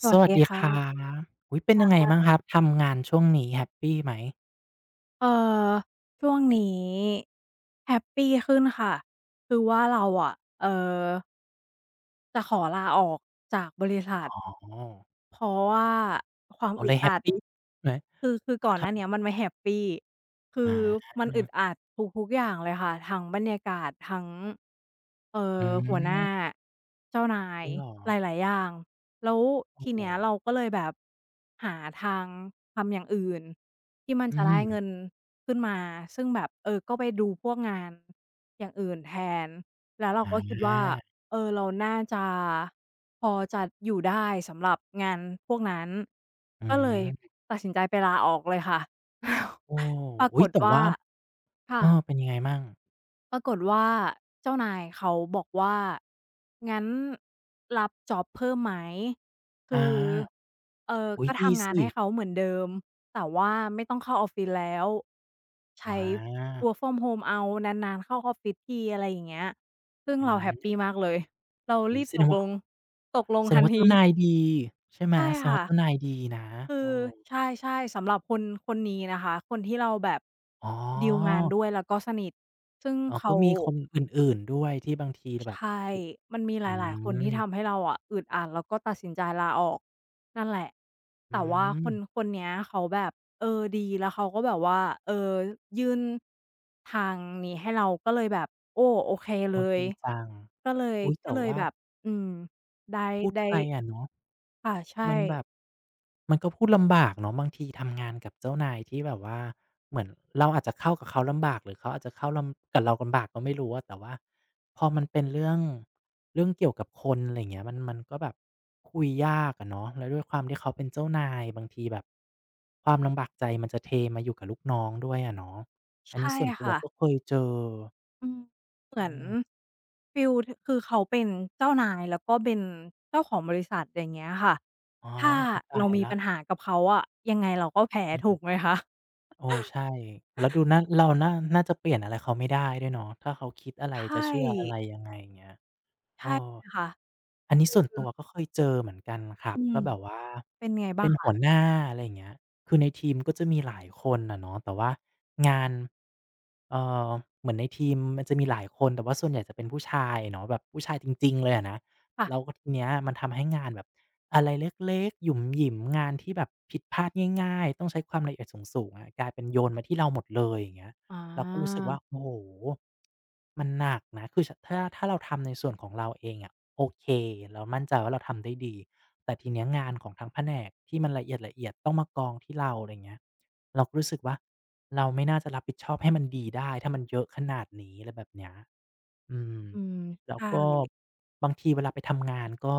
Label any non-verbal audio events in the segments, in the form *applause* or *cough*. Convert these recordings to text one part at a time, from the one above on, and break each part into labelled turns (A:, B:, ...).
A: ส
B: ส
A: วัส
B: วัส
A: ดี
B: ดีค
A: ค่ะ
B: รับอุ๊ยเป็นยังไงบ้างครับ ทำงานช่วงนี้แฮปปีไหม
A: เอ่อช่วงนี้แฮปปีขึ้นค่ะ คือว่าเราอะเอ่อจะขอลาออกจากบริษั
B: อ๋
A: ท
B: อ
A: เพราะว่าความ
B: อ๋อ
A: อึ
B: เล
A: ด
B: ยแฮป
A: อัด
B: ปีไหม
A: คือก่อน
B: ท
A: หน้าเนี้ยมันไม่แฮปปี
B: ำอ
A: คือ
B: า
A: มันอึดอัดทุกๆอย่างเลยค่ะทั้งบรรยากาศทั้งเอ่อ
B: อื
A: หัวหน้า
B: ม
A: เจ้านายหล
B: จ
A: ายๆอย่างแล้ว
B: ริ
A: ที
B: งเหรอ
A: เนี้
B: โอ้
A: ยเรา
B: โฮ
A: ก็เลยแบบหาทางทำอย่างอื่นที่มัน
B: อื
A: จะได้เงิ
B: ม
A: นขึ้นมาซึ่งแบบเออก็ไปดูพวกงานอย่างอื่นแทนแล้วเรา
B: อ
A: ก็คิดว่า
B: า
A: เออเราน่าจะ พอจะอยู่ได้สำหรับงานพวกนั้น
B: อื
A: ก็เลย
B: ม
A: ตัดสินใจไปลาออกเลยค่ะ
B: โอ้
A: *laughs* ปราก
B: อุ๊ย
A: ฏ
B: แต่
A: ว่า
B: ว่าเอ
A: ค่ะ
B: อเป็นยังไงมั่ง
A: ปรากฏว่าเจ้านายเขาบอกว่างั้นรับจ็อบเพิ่มไหมคื
B: อา
A: อ
B: อุ๊ย
A: ก็
B: ดี
A: ทำงาน
B: สิ
A: ให้เขาเหมือนเดิมแต่ว่าไม่ต้องเข้าออฟฟิศแล้ว
B: อ
A: ใช้
B: า
A: work from home เอานานๆเข้าออฟฟิศทีอะไรอย่างเงี้ยซึ่ง
B: อื
A: เราแฮ
B: ม
A: ปปีมากเลยเรา
B: อุ๊
A: รี
B: ย
A: บ
B: แส
A: ต
B: ดง
A: กล
B: ว่า
A: งตกลงทันที
B: เจ้านายดีใช่ไหม
A: ใช่
B: แสดง
A: ค่ะ
B: ว่าเจ้านายดีนะ
A: คื
B: เออ
A: อใช่ๆสำหรับคนคนนี้นะคะคนที่เราแบบ
B: อ๋
A: ดีลงา
B: อ
A: นด้วยแล้วก็สนิทซึ่ง
B: อ๋อก็
A: เขา
B: มีคนอื่นๆด้วยที่บางทีแบบ
A: ใช่
B: อ
A: มันมีหล
B: อื
A: ายๆคนที่
B: ม
A: ทำให้เราอะอึดอัดแล้วก็ตัดสินใจลาออกนั่นแหละ
B: อื
A: แต่ว่าค
B: ม
A: นคนเนี้ยเขาแบบเออดีแล้วเขาก็แบบว่าเออยื่นทางนี้ให้เราก็เลยแบบโอ้โอเคเล
B: โอ้
A: ย
B: ดีจัง
A: ก็เลย
B: อุ๊ย
A: ก็
B: แต่
A: เลย
B: ว่า
A: แบบอืมได้
B: พูด
A: ได้
B: ไปอะเนาะ
A: ค่ะใช่
B: มันแบบมันก็พูดลำบากเนาะบางทีทำงานกับเจ้านายที่แบบว่าเหมือนเราอาจจะเข้ากับเขาลำบากหรือเขาอาจจะเข้าลำกับเราลำบากก็ไม่รู้อะแต่ว่าพอมันเป็นเรื่องเกี่ยวกับคนอะไรอย่างเงี้ยมันก็แบบคุยยากอะเนาะแล้วด้วยความที่เขาเป็นเจ้านายบางทีแบบความลำบากใจมันจะเทมาอยู่กับลูกน้องด้วยอะเนาะอันนี้
A: ใช่
B: ส่วนตัว
A: ค่ะ
B: ก็เคยเจอ
A: อืม
B: อืม
A: ฟีลทคือเขาเป็นเจ้านายแล้วก็เป็นเจ้าของบริษัทอย่างเงี้ยค่ะ
B: อ๋อ
A: ถ้า
B: โอ้ตา
A: เรา
B: ย
A: มี
B: แล้ว
A: ปัญหากับเขาอะยังไงเราก็แพ้
B: อื
A: ถู
B: ม
A: กไหมคะ
B: โอ้ใช่แล้วดูน่าเราน่าจะเปลี่ยนอะไรเขาไม่ได้ด้วยเนาะถ้าเขาคิดอะไร
A: ใช
B: จะ
A: ่
B: เชื่ออะไรยังไงอย่างเงี้ยเออ
A: ใช่เลยค่ะ
B: อันนี้ส่วนตัวก็เคยเจอเหมือนกันครับ
A: อืม
B: ก็แบบว่า
A: เป็นไง
B: เป็
A: บ้า
B: น
A: งคะ
B: หัวหน้าอะไรอย่างเงี้ยคือในทีมก็จะมีหลายคนอะเนาะแต่ว่างานเอ่อเหมือนในทีมมันจะมีหลายคนแต่ว่าส่วนใหญ่จะเป็นผู้ชายเนาะแบบผู้ชายจริงๆเลยอะนะแล้วก็
A: ค่ะ
B: ทีเนี้ยมันทำให้งานแบบอะไรเล็กๆหยุ่มหยิมงานที่แบบผิดพลาดง่ายๆต้องใช้ความละเอียดสูงๆอะกลายเป็นโยนมาที่เราหมดเลยอย่างเงี้ย
A: อ๋
B: เราก็รู้สึก
A: อ
B: ว่าโอ้โฮมันหนักนะคือชถ้าเราทำในส่วนของเราเองอะ โอเค เรามั่นใจว่าเราทำได้ดี แต่ทีเนี้ยงานของทั้งแผนกที่มันละเอียดต้องมากองที่เราอะไรเงี้ย เราก็รู้สึกว่าเราไม่น่าจะรับผิดชอบให้มันดีได้ถ้ามันเยอะขนาดนี้อะไรแบบเนี้ยอืม
A: อืม
B: แล้วก็
A: ใช่
B: บางทีเวลาไปทำงานก็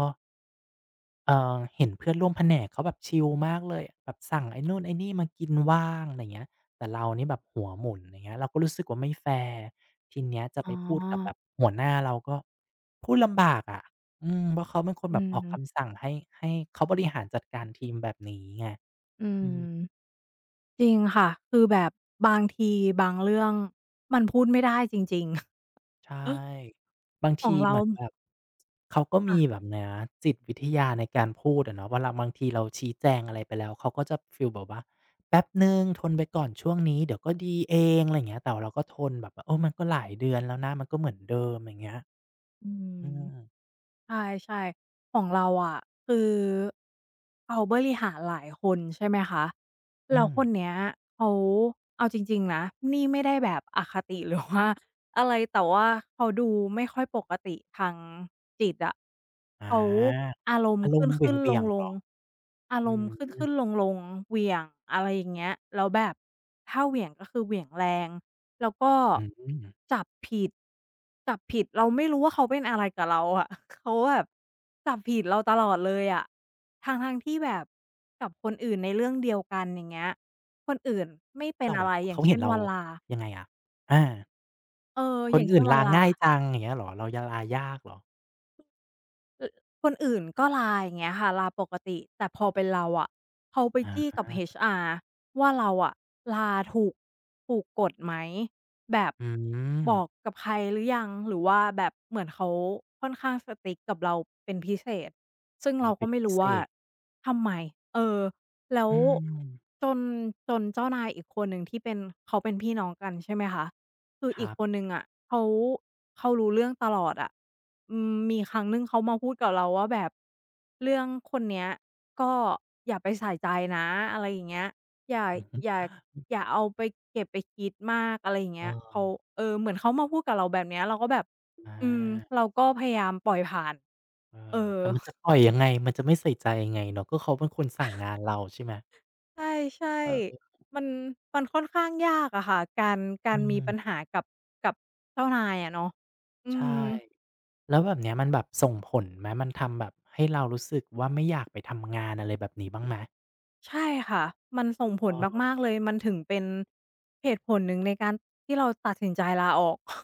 B: เห็นเพื่อนร่วมแผนกเขาแบบชิลมากเลยแบบสั่งไอ้นู่นไอ้นี่มากินว่างอะไรอย่างเงี้ยแต่เรานี่แบบหัวหมุนอย่างเงี้ยเราก็รู้สึกว่าไม่แฟร์ทีเนี้ยจะ
A: อ๋
B: ไปพูดกับแบ
A: อ
B: บหัวหน้าเราก็พูดลำบากอะอืมเพราะเขาเป็นคน
A: อื
B: แบบออก
A: ม
B: คำสั่งให้เขาบริหารจัดการทีมแบบนี้ไง
A: อื
B: อื
A: ม
B: ม
A: จริงค่ะคือแบบบางทีบางเรื่องมันพูดไม่ได้จริง
B: ใช่
A: ๆ
B: บาง
A: *laughs* ขอ
B: ที
A: งเรา
B: เหมือนแบบเขาก็
A: ค่ะ
B: มีแบบเนี้ยจิตวิทยาในการพูดอะเนาะเวลาบางทีเราชี้แจงอะไรไปแล้วเขาก็จะฟีลแบบว่าแป๊บหนึ่งทนไปก่อนช่วงนี้เดี๋ยวก็ดีเองอะไรอย่างเงี้ยแต่เราก็ทนแบบว่าเออมันก็หลายเดือนแล้วนะมันก็เหมือนเดิมอย่างเงี้ย
A: อืม
B: อืม
A: ใช่ๆของเราอะคือเขาบริหารหลายคนใช่ไหมคะ
B: อื
A: แล้ว
B: ม
A: คนเนี้ยเขาเอาจริงๆนะนี่ไม่ได้แบบอคติ *laughs* หรือว่าอะไรแต่ว่าเขาดูไม่ค่อยปกติทางจิตอะ
B: อ
A: เขา
B: า
A: อารม
B: อา
A: ณ์
B: ร
A: ข
B: มณ์เหว
A: ึ้นๆล
B: ี่ยงๆเหร
A: ง
B: อ
A: ๆอาร
B: อื
A: มณ์ข
B: ม
A: ึ้นๆลงๆเหวี่ยงอะไรอย่างเงี้ยแล้วแบบถ้าเหวี่ยงก็คือเหวี่ยงแรง แล้วก็
B: อืม
A: จับผิดจับผิดเราไม่รู้ว่าเขาเป็นอะไรกับเราอะ *laughs* เขาแบบจับผิดเราตลอดเลยอะทั้งๆที่แบบกับคนอื่นในเรื่องเดียวกันอย่างเงี้ยคนอื่นไม่เป็น
B: ก็
A: อะ
B: แบบ
A: ไรอย่า
B: เขา
A: ง
B: เห็
A: เช่
B: น
A: น
B: เรา
A: วนลา
B: ยังไงอะอา
A: เออ
B: ค
A: อ
B: น
A: ย่างเช่
B: อื่น
A: นวน
B: ลา
A: ลา
B: ง่ายจังอย่างเงี้ยเหรอเราจะลายากเหรอ
A: อคนอื่นก็ลาอย่างเงี้ยค่ะลาปกติแต่พอเป็นเราอะเขาไป
B: อ
A: จี้กับ
B: า
A: HR ว่าเราอะลาถูกกฎไหมแบบ
B: อื
A: บอก
B: ม
A: กับใครหรือยังหรือว่าแบบเหมือนเขาค่อนข้าง strict กับเราเป็นพิเศษซึ่ง
B: อ๋อ
A: เรา
B: เป็
A: ก็
B: น
A: ไม่
B: พิ
A: รู้
B: เศ
A: ว่า
B: ษ
A: ทำไมเออแล้ว
B: อืม
A: จนจนเจ้านายอีกคนหนึ่งที่เป็นเขาเป็นพี่น้องกันใช่ไหมคะ คือ
B: ค
A: อีก
B: รับ
A: คนหนึ่งอะเขาเขารู้เรื่องตลอดอะอืมมีครั้งหนึ่งเขามาพูดกับเราว่าแบบเรื่องคนเนี้ยก็อย่าไปใส่ใจนะอะไรอย่างเงี้ยอย่า
B: อือฮึ
A: อย่าอย่าเอาไปเก็บไปคิดมากอะไรอย่าง
B: เอ
A: เงี้ยเขา
B: อ
A: เออเหมือนเขามาพูดกับเราแบบเนี้ยเราก็แบบ
B: อ
A: อืม
B: า
A: เราก็พยายามปล่อยผ่าน
B: เออ
A: เออ
B: แต่มันจะปล่อยยังไงมันจะไม่ใส่ใจยังไงเนาะก็เขาเป็นคนสั่งงานเราใช่ไหม
A: ใช่
B: เออ
A: ๆมันค่อนข้างยากอะค่ะการกา
B: อื
A: รมีปัญ
B: ม
A: หากับเจ้านายอะเนาะอื
B: ใช่
A: ม
B: แล้วแบบเนี้ยมันแบบส่งผลไหมมันทำแบบให้เรารู้สึกว่าไม่อยากไปทำงานอะไรแบบนี้บ้างไหม
A: ใช่ค่ะ มันส่งผล
B: เออ
A: มากๆเลย มันถึงเป็นเหตุผลหนึ่งในการที่เราตัดสินใจลาออก *laughs*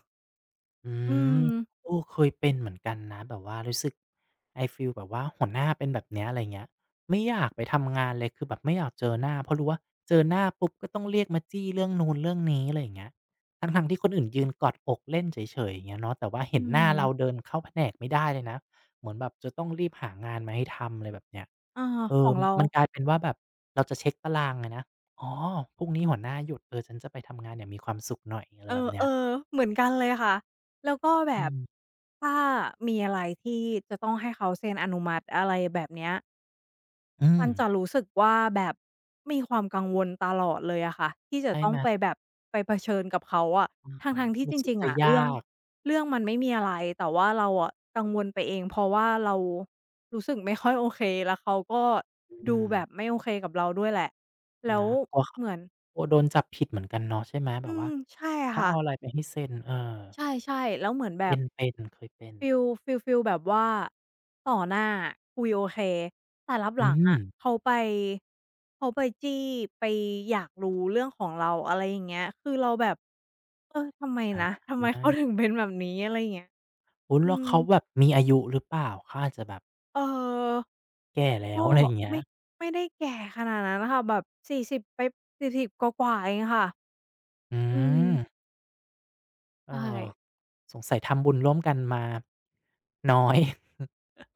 B: อื
A: อื
B: ม
A: ม
B: โออเคยเป็นเหมือนกันนะแบบว่ารู้สึกไอ้ฟีลแบบว่าหัวหน้าเป็นแบบเนี้ยอะไรเงี้ยไม่อยากไปทำงานเลยคือแบบไม่อยากเจอหน้าเพราะรู้ว่าเจอหน้าปุ๊บก็ต้องเรียกมาจี้เรื่องนู้นเรื่องนี้อะไรอย่างเงี้ยทั้งๆที่คนอื่นยืนกอดอกเล่นเฉยๆอย่างเงี้ยเนาะแต่ว่าเห็
A: อื
B: นหน้าเราเดิ
A: ม
B: นเข้าแผนกไม่ได้เลยนะเหมือนแบบจะต้องรีบหางานมาให้ทำอะไรแบบเนี้ย
A: อา
B: เอ
A: ข
B: อ
A: องเรา
B: มันกลายเป็นว่าแบบเราจะเช็กตารางอะนะอ๋อพรุ่งนี้หัวหน้าหยุดเออฉันจะไปทำงานอย่างมีความสุขหน่อยอะไร
A: เอ
B: แบบเนี้ย
A: อๆเหมือนกันเลยค่ะ แล้วก็แบ
B: อื
A: บ
B: ม
A: ถ้ามีอะไรที่จะต้องให้เขาเซ็นอนุมัติอะไรแบบเนี้ย
B: อื
A: มั
B: ม
A: นจะรู้สึกว่าแบบมีความกังวลตลอดเลยอะค่ะที่จะ
B: ใช่
A: ต้อ
B: ไห
A: ง
B: ม
A: ไปแบบไปเผชิญกับเขาอะ
B: อา
A: ทั้งๆที่จ
B: รู้สึก
A: ริงๆ
B: จะ
A: อะเรื่อ
B: ยา
A: ง
B: ก
A: เรื่องมันไม่มีอะไรแต่ว่าเราอะกังวลไปเองเพราะว่าเรารู้สึกไม่ค่อยโอเคแล้วเขาก็
B: อื
A: ดู
B: ม
A: แบบไม่โอเคกับเราด้วยแหละแล้ว
B: นะกลัวข
A: เหมือน
B: กลัวโดนจับผิดเหมือนกันเนาะใช่ไหมแบ
A: อื
B: บว่า
A: มใช่
B: ถ้า
A: ค่ะ
B: เอาอะไรไปให้เซ็นเออ
A: ใช่ๆแล้วเหมือนแบ
B: เป็
A: บ
B: นเคยเป็น
A: ฟีลฟีลแบบว่าต่อหน้าคุยโอเคแต่รับ
B: อื
A: หลัง
B: ม
A: อะเขาไปเขาไปจี้ไปอยากรู้เรื่องของเราอะไรอย่างเงี้ยคือเราแบบเออทำไมนะ
B: อา
A: ทำไมเขาถึงเป็นแบบนี้อะไรอย่างเงี้ย
B: อุ๊ย
A: อื
B: แล้ว
A: ม
B: เขาแบบมีอายุหรือเปล่าเขาอาจจะแบบ
A: เอ่อ
B: แก่แล้
A: ก็
B: วอะไรอย่างเงี้ย
A: ไม่ไม่ได้แก่ขนาดนั้นค่ะแบบ40ไป40กว่าๆเองค่ะ
B: อื
A: อืม
B: มเอ
A: ใช่
B: อสงสัยทำบุญร่วมกันมาน้อย *laughs*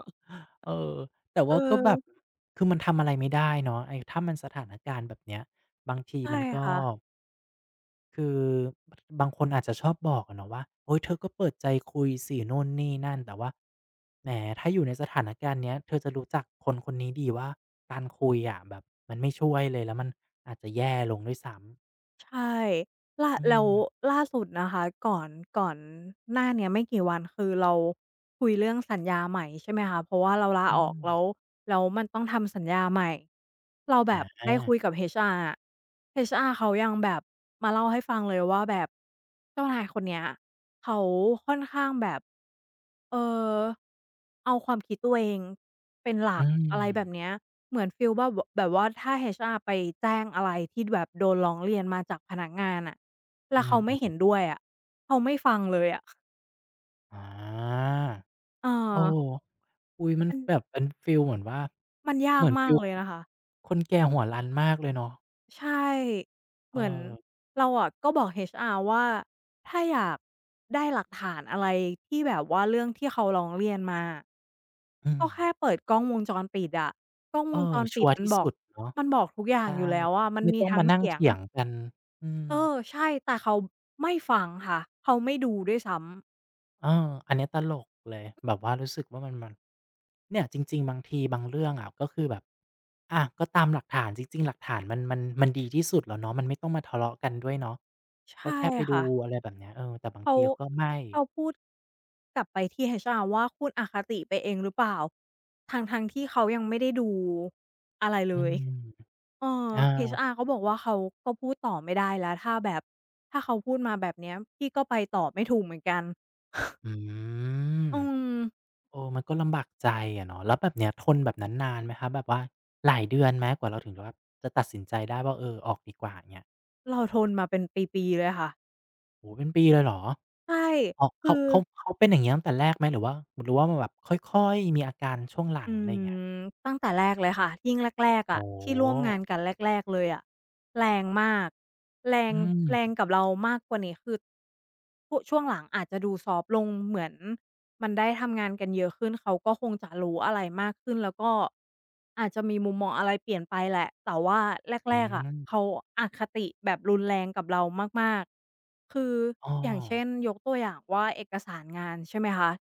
B: เออแต่
A: เ
B: ว่าก็แบบ
A: ออ
B: คือมันทำอะไรไม่ได้เนาะไอ้ถ้ามันสถานการณ์แบบเนี้ยบางที
A: ใช่
B: มันก็
A: ค่ะ
B: คือบางคนอาจจะชอบบอกอะเนาะว่าโอ๊ยเธอก็เปิดใจคุยสินู่นนี่นั่นแต่ว่าแหมถ้าอยู่ในสถานการณ์เนี้ยเธอจะรู้จักคนคนนี้ดีว่าการคุยอะแบบมันไม่ช่วยเลยแล้วมันอาจจะแย่ลงด้วยซ้ำ
A: ใช่ ล่า
B: อื
A: แล้ว
B: ม
A: ล่าสุดนะคะก่อนหน้าเนี้ยไม่กี่วันคือเราคุยเรื่องสัญญาใหม่ใช่ไหมคะเพราะว่าเราลา
B: อื
A: ออก
B: ม
A: แล้วแล้วมันต้องทำสัญญาใหม่เราแบ
B: อ
A: บได้คุย
B: า
A: กับ HR อะ HR เขายังแบบมาเล่าให้ฟังเลยว่าแบบเจ้านายคนเนี้ยเขาค่อนข้างแบบเอ่อเอาความคิดตัวเองเป็นหลัก
B: อืม
A: อะไรแบบเนี้ยเหมือนฟีลว่าวแบบว่าถ้า HR ไปแจ้งอะไรที่แบบโดนร้องเรียนมาจากพนักงานอะ
B: อื
A: แล้วเขาไม่
B: ม
A: เห็น
B: ๆ
A: ด้วยอะเขาไม่ฟังเลยอะ
B: อา
A: เอ
B: โออ
A: อ
B: อุ๊ยมัน
A: มัน
B: แบบเป็นฟีลเหมือนว่า
A: มันยา
B: เห
A: ก
B: มือน
A: มา
B: ฟี
A: ก
B: ล
A: เลยนะคะ
B: คนแก่หัวรันมากเลยเนาะ
A: ใช่
B: เอ
A: เห
B: อ
A: มือนเราอะก็บอก HR ว่าถ้าอยากได้หลักฐานอะไรที่แบบว่าเรื่องที่เขาร้องเรียนมาอะ
B: อืม
A: ก็แค่เปิดกล้องวงจรปิดอะกล้อง
B: เอ
A: ว
B: อ
A: งจร
B: ชั
A: ปิ
B: ว
A: ด
B: ร์
A: มัน
B: ที่
A: บอ
B: สุ
A: ก
B: ดเนาะ
A: มันบอกทุกอย่าง
B: ใช่
A: อยู่แล้วอะมัน
B: ไม่
A: มี
B: ต้อง
A: ทั้
B: มา
A: ง
B: นั่ง
A: เสียง
B: เถียงกันอืม
A: เออใช่แต่เขาไม่ฟังค่ะเขาไม่ดูด้วยซ้
B: เอออันเนี้ยตลกเลยแบบว่ารู้สึกว่ามันเนี่ยจริงๆบางทีบางเรื่องอะก็คือแบบก็ตามหลักฐานจริงๆหลักฐานมันดีที่สุดแล้วเนาะมันไม่ต้องมาทะเลาะกันด้วยเนาะ
A: ำ
B: ก็
A: ใช่
B: แค่ไปดู
A: ค่ะ
B: อะไรแบบเนี้ยเออแต่บาง
A: เขา
B: ทีก็ไม่
A: เขาพูดกลับไปที่ HR ว่าคุณอคติไปเองหรือเปล่าทั้งๆที่เขายังไม่ได้ดูอะไร
B: อื
A: เลย
B: ม
A: เออ
B: อา
A: HR เขาบอกว่าเขาก็พูดต่อไม่ได้แล้วถ้าแบบถ้าเขาพูดมาแบบเนี้ยพี่ก็ไปต่อไม่ถูกเหมือนกัน
B: อืม
A: อืม
B: เออมันก็ลำบากใจอะเนาะแล้วแบบเนี้ยทนแบบนั้นนานไหมครับแบบว่าหลายเดือนไหมกว่าเราถึงจะแบบจะตัดสินใจได้ว่าเออออกดีกว่าเงี้ย
A: เราทนมาเป็นปีๆเลยค่ะ
B: โอ้โฮเป็นปีเลยเหรอ
A: ใช่
B: อ๋อ
A: คือ
B: เขาเป็นอย่างงี้ตั้งแต่แรกไหมหรือว่าหรือว่ามันแบบค่อยๆมีอาการช่วงหลัง
A: อื
B: อะไรอย่างเงี้ย
A: มตั้งแต่แรกเลยค่ะยิ่งแรกๆอะ
B: โอ้
A: ที่ร่วม
B: โฮ
A: งานกันแรกๆเลยอะ แรงมากแรง
B: อื
A: แรง
B: ม
A: กับเรามากกว่านี้คือพช่วงหลังอาจจะดูซอฟต์ลงเหมือนมันได้ทำงานกันเยอะขึ้นเขาก็คงจะรู้อะไรมากขึ้นแล้วก็อาจจะมีมุมมองอะไรเปลี่ยนไปแหละแต่ว่า
B: อื
A: แรกๆอะ
B: ม
A: เขาอคติแบบรุนแรงกับเรามากๆคือ
B: อ้อ
A: อย่างเช่นยกตัวอย่างว่าเอกสารงานใช่ไหมคะ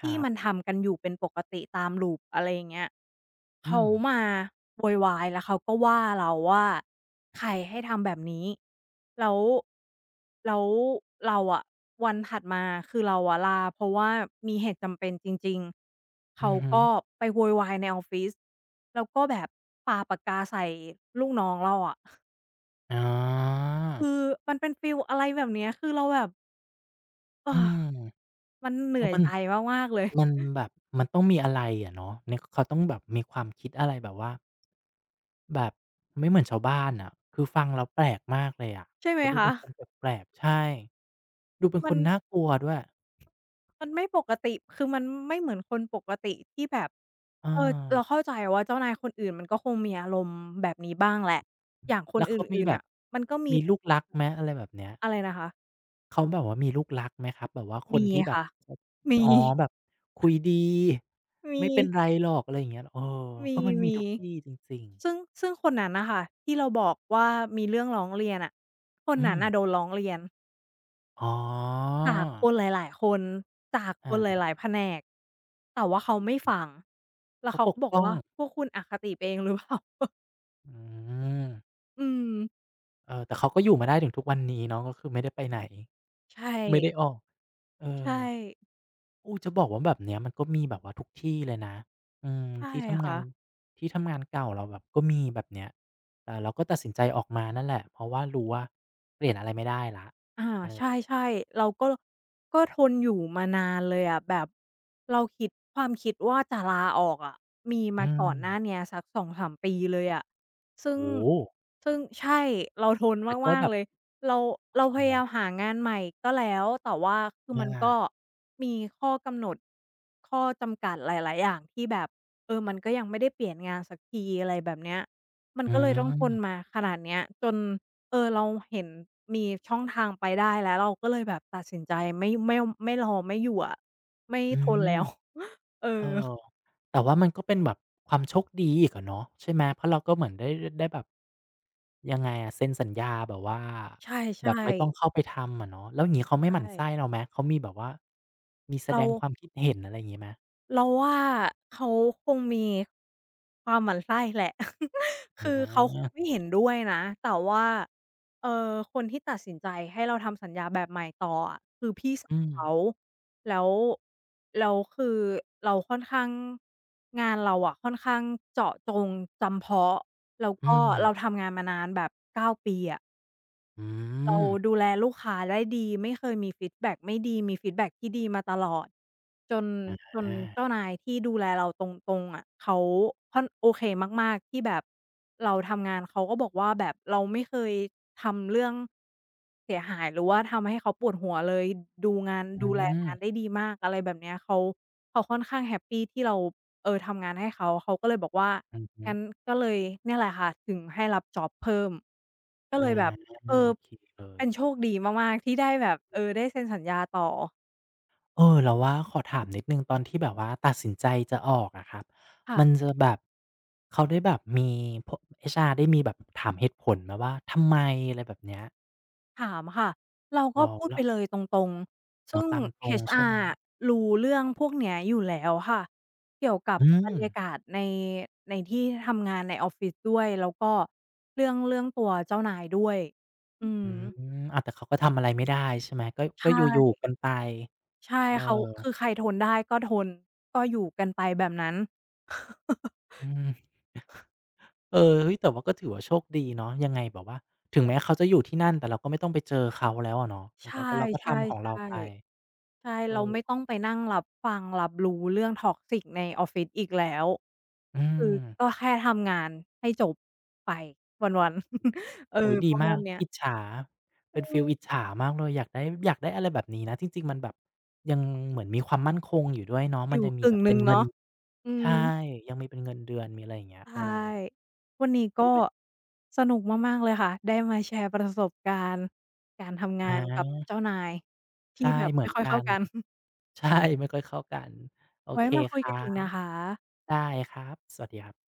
B: ค
A: ที่
B: รั
A: มัน
B: บ
A: ทำกันอยู่เป็นปกติตาม loop อะไรอย่างเงี้ย
B: อื
A: เขา
B: ม
A: มาโวยวายแล้วเขาก็ว่าเราว่าใครให้ทำแบบนี้แล้วแล้วเราอะวันถัดมาคือเราอะลาเพราะว่ามีเหตุจำเป็นจริงๆ
B: อื
A: เขา
B: อฮึ
A: ก็ไปโวยวายในออฟฟิศแล้วก็แบบปาปากกาใส่ลูกน้องเราอะ
B: อ๋อ
A: คือมันเป็นฟีลอะไรแบบเนี้ยคือเราแบบเออ
B: อืม
A: มันเห
B: เอ
A: นื่
B: อ
A: อย
B: มัน
A: ใจมากๆเลย
B: มันแบบมันต้องมีอะไรอะเนาะในเขาต้องแบบมีความคิดอะไรแบบว่าแบบไม่เหมือนชาวบ้านน่ะคือฟังแล้วแปลกมากเลยอะ
A: ใช่ไหม
B: เขาดูเป็
A: คะ
B: นคนแปลกๆใช่ดูเป็น
A: มั
B: ค
A: น
B: นน่ากลัวด้วย
A: มันไม่ปกติ คือมันไม่เหมือนคนปกติที่แบบ
B: เออ
A: เออ เราเข้าใจว่าเจ้านายคนอื่นมันก็คงมีอารมณ์แบบนี้บ้างแหละ อย่างคน
B: แล้ว
A: อ
B: เขามี
A: ื่น
B: แบ
A: ๆ
B: บ
A: น่ะมันก็มี
B: มีลูกรักไหมอะไรแบบเนี้ย
A: อะไรนะคะ
B: เขาแบบว่ามีลูกรักไหมครับแบบว่าคน
A: มี
B: ที่แบบ
A: ค่ะ มี
B: อ๋อแบบคุยดี
A: *laughs* มี
B: ไม่เป็นไรหรอกอะไรอย่างเงี้ยเออเออมันมี
A: มี
B: ทุกที่จริงๆ
A: ๆซึ่งคนนั้นน่ะค่ะที่เราบอกว่ามีเรื่องร้องเรียนอะคน
B: อื
A: นั้น
B: ม
A: น่ะโดนร้องเรียน
B: อ๋อ
A: จากคนหลายๆคน จากคนห
B: อา
A: ลายๆแผนก แต่ว่าเขาไม่ฟัง แล้ว
B: เขา
A: เขา
B: ป
A: ก็
B: ก
A: บอก
B: ป้อง
A: ว่าพวกคุณอคติไปเองหรือ *laughs* เปล่า
B: อืม
A: อืม
B: เออแต่เขาก็อยู่มาได้ถึงทุกวันนี้เนาะก็คือไม่ได้ไปไหน
A: ใช่
B: ไม่ได้ออกเอ
A: ใช่
B: อ อู้จะบอกว่าแบบเนี้ยมันก็มีแบบว่าทุกที่เลยนะอืม
A: ใช่
B: ที่ทำงาน
A: ค่ะ
B: ที่ทำงานเก่าเราแบบก็มีแบบเนี้ยแต่เราก็ตัดสินใจออกมานั่นแหละเพราะว่ารู้ว่าเปลี่ยนอะไรไม่ได้แล้ว
A: อา
B: เอ
A: ใ
B: อ
A: ช่ๆเราก็ก็ทนอยู่มานานเลยอะแบบเราคิดความคิดว่าจะลาออกอะมี
B: อื
A: มาก่อนหน้าเนี้
B: ม
A: ยสัก2-3ปีเลยอะซึ่ง
B: โอ้โฮ
A: ซึ่งใช่เราทน
B: แต่ก็
A: มา
B: แบ
A: กๆ
B: บ
A: เลยเราเราพ
B: อ๋อ
A: ยายามหางานใหม่ก็แล้วแต่ว่าคือมันก็
B: อา
A: มีข้อกำหนดข้อจำกัดหลายๆอย่างที่แบบเออมันก็ยังไม่ได้เปลี่ยนงานสักทีอะไรแบบเนี้ยมัน
B: อื
A: ก็เลยต้องทน
B: ม
A: มาขนาดเนี้ยจน เออเราเห็นมีช่องทางไปได้แล้วเราก็เลยแบบตัดสินใจไม่ไม่ไม่รอไม่อยู่อะไม่
B: อื
A: ทนแล้ว
B: ม
A: *laughs* เอ
B: เออ
A: อ
B: แต่ว่ามันก็เป็นแบบความโชคดีอีกอะเนาะใช่ไหมเพราะเราก็เหมือนได้ได้แบบยังไงอะเซ็นสัญญาแบบว่า
A: ใช
B: แบ
A: ่
B: บไม่ต้องเข้าไปทำอะเนาะแล้วอย่างงี้เขา
A: ๆใช
B: ไม่หมั่น
A: ่
B: ไส้เราไหมเขามีแบบว่ามีแส
A: เรา
B: ดงความคิดเห็นอะไรอย่างงี้ไหม
A: เราว่าเขาคงมีความหมั่นไส้แหละ *laughs*
B: อ
A: คือเขาคงไม่
B: า
A: เห็นด้วยนะ แต่ว่าเออคนที่ตัดสินใจให้เราทำสัญญาแบบใหม่ต่ออะคือพี่สาว
B: อืม
A: เขาแล้วแล้วคือเราค่อนข้างงานเราอะค่อนข้างเจาะจงจำเพาะ แล้ว
B: อื
A: ก็เรา
B: ม
A: ทำงานมานานแบบ9ปีอะ
B: อื
A: เรา
B: ม
A: ดูแลลูกค้าได้ดีไม่เคยมีฟีดแบ็กไม่ดีมีฟีดแบ็กที่ดีมาตลอดจน
B: อา
A: จนเจ้านายที่ดูแลเราตรงๆอะเขาค่อนโอเคมากๆที่แบบเราทำงานเขาก็บอกว่าแบบเราไม่เคยทำเรื่องเสียหายหรือว่าทำให้เขาปวดหัวเลยดูงาน
B: อื
A: ดูแล
B: ม
A: งานได้ดีมากอะไรแบบเนี้ยเขาค่อนข้างแฮปปีที่เราเออทำงานให้เขาเขาก็เลยบอกว่า
B: อือฮึ
A: งั้นก็เลยเนี่ยแหละค่ะถึงให้รับจ็อบเพิ่มก็
B: อ
A: เลยแบบ เอ
B: า
A: อ
B: โอเคเลย
A: เป็นโชคดีมากๆที่ได้แบบเออได้เซ็นสัญญาต่อ
B: เออเราว่าขอถามนิดนึงตอนที่แบบว่าตัดสินใจจะออกอะครับมัน
A: ค่ะ
B: จะแบบเขาได้แบบมีเอชอาร์ได้มีแบบถามเหตุผลไหมาว่าทำไมอะไรแบบเนี้ย
A: ถามค่ะเราก็
B: เรา
A: พูดไป
B: เรา
A: เลยตรงๆ
B: อ๋อ
A: ซึ่ง
B: ตามตรงใช่ไหม
A: HR อะรู้เรื่องพวกเนี้ยอยู่แล้วค่ะเกี่ยวกับ
B: อื
A: บ
B: ม
A: รรยากาศในในที่ทำงานในออฟฟิศด้วยแล้วก็เรื่องเรื่องตัวเจ้านายด้วยอื
B: อื
A: ม
B: มอ้าแต่เขาก็ทำอะไรไม่ได้ใช่ไหมก็
A: ใช
B: ก็อยู่
A: ่
B: ๆกันไป
A: ใช่เขา
B: เออ
A: คือใครทนได้ก็ทนก็อยู่กันไปแบบนั้น *laughs*
B: อืมเออเฮ้ยแต่ว่าก็ถือว่าโชคดีเนาะยังไงแบบว่าถึงแม้เขาจะอยู่ที่นั่นแต่เราก็ไม่ต้องไปเจอเขาแล้วอะเนาะก็ก็เราก็
A: ใช่
B: ทำข
A: ๆ
B: องเราไป
A: ๆ ใช่
B: เอ
A: เรา
B: อ
A: ไม่ต้องไปนั่งรับฟังรับรู้เรื่อง toxic ในออฟฟิศอีกแล้ว
B: อื
A: คือ
B: ม
A: ก็แค่ทำงานให้จบไปวันๆ *laughs* เออ
B: โอ้ยดี
A: ประ
B: มา
A: มา
B: ก
A: ณเนี้ย
B: อิจฉาเป็นฟีลอิจฉามากเลยอยากได้อะไรแบบนี้นะจริงๆมันแบบยังเหมือนมีความมั่นคงอยู่ด้วยเนาะ
A: อ
B: มัน
A: ยู่
B: ยังมี
A: กึ่
B: แบ
A: ง
B: บ
A: ห
B: เป็
A: นึ่
B: น
A: ง
B: เงิน
A: เนาะอื
B: ใช่
A: ม
B: ยังมีเป็นเงินเดือนมีอะไรอย่างเงี้ยเออ
A: ใช่วันนี้ก็
B: อุ๊ยเป็น
A: สนุกมากๆเลยค่ะได้มาแชร์ประสบการณ์การทำ
B: อ
A: งานกับ
B: า
A: เจ้านายที่
B: ใช่
A: แบบ
B: เหมื
A: ไม่
B: อน
A: ค่อย
B: กั
A: เข้า
B: น
A: กัน *laughs*
B: ใช่ไม่ค่อยเข้ากันโอ
A: ไว้
B: เค
A: มา
B: ค
A: คุย
B: รั
A: กันอีก
B: บ
A: นะคะ
B: ได้ครับสวัสดีครับ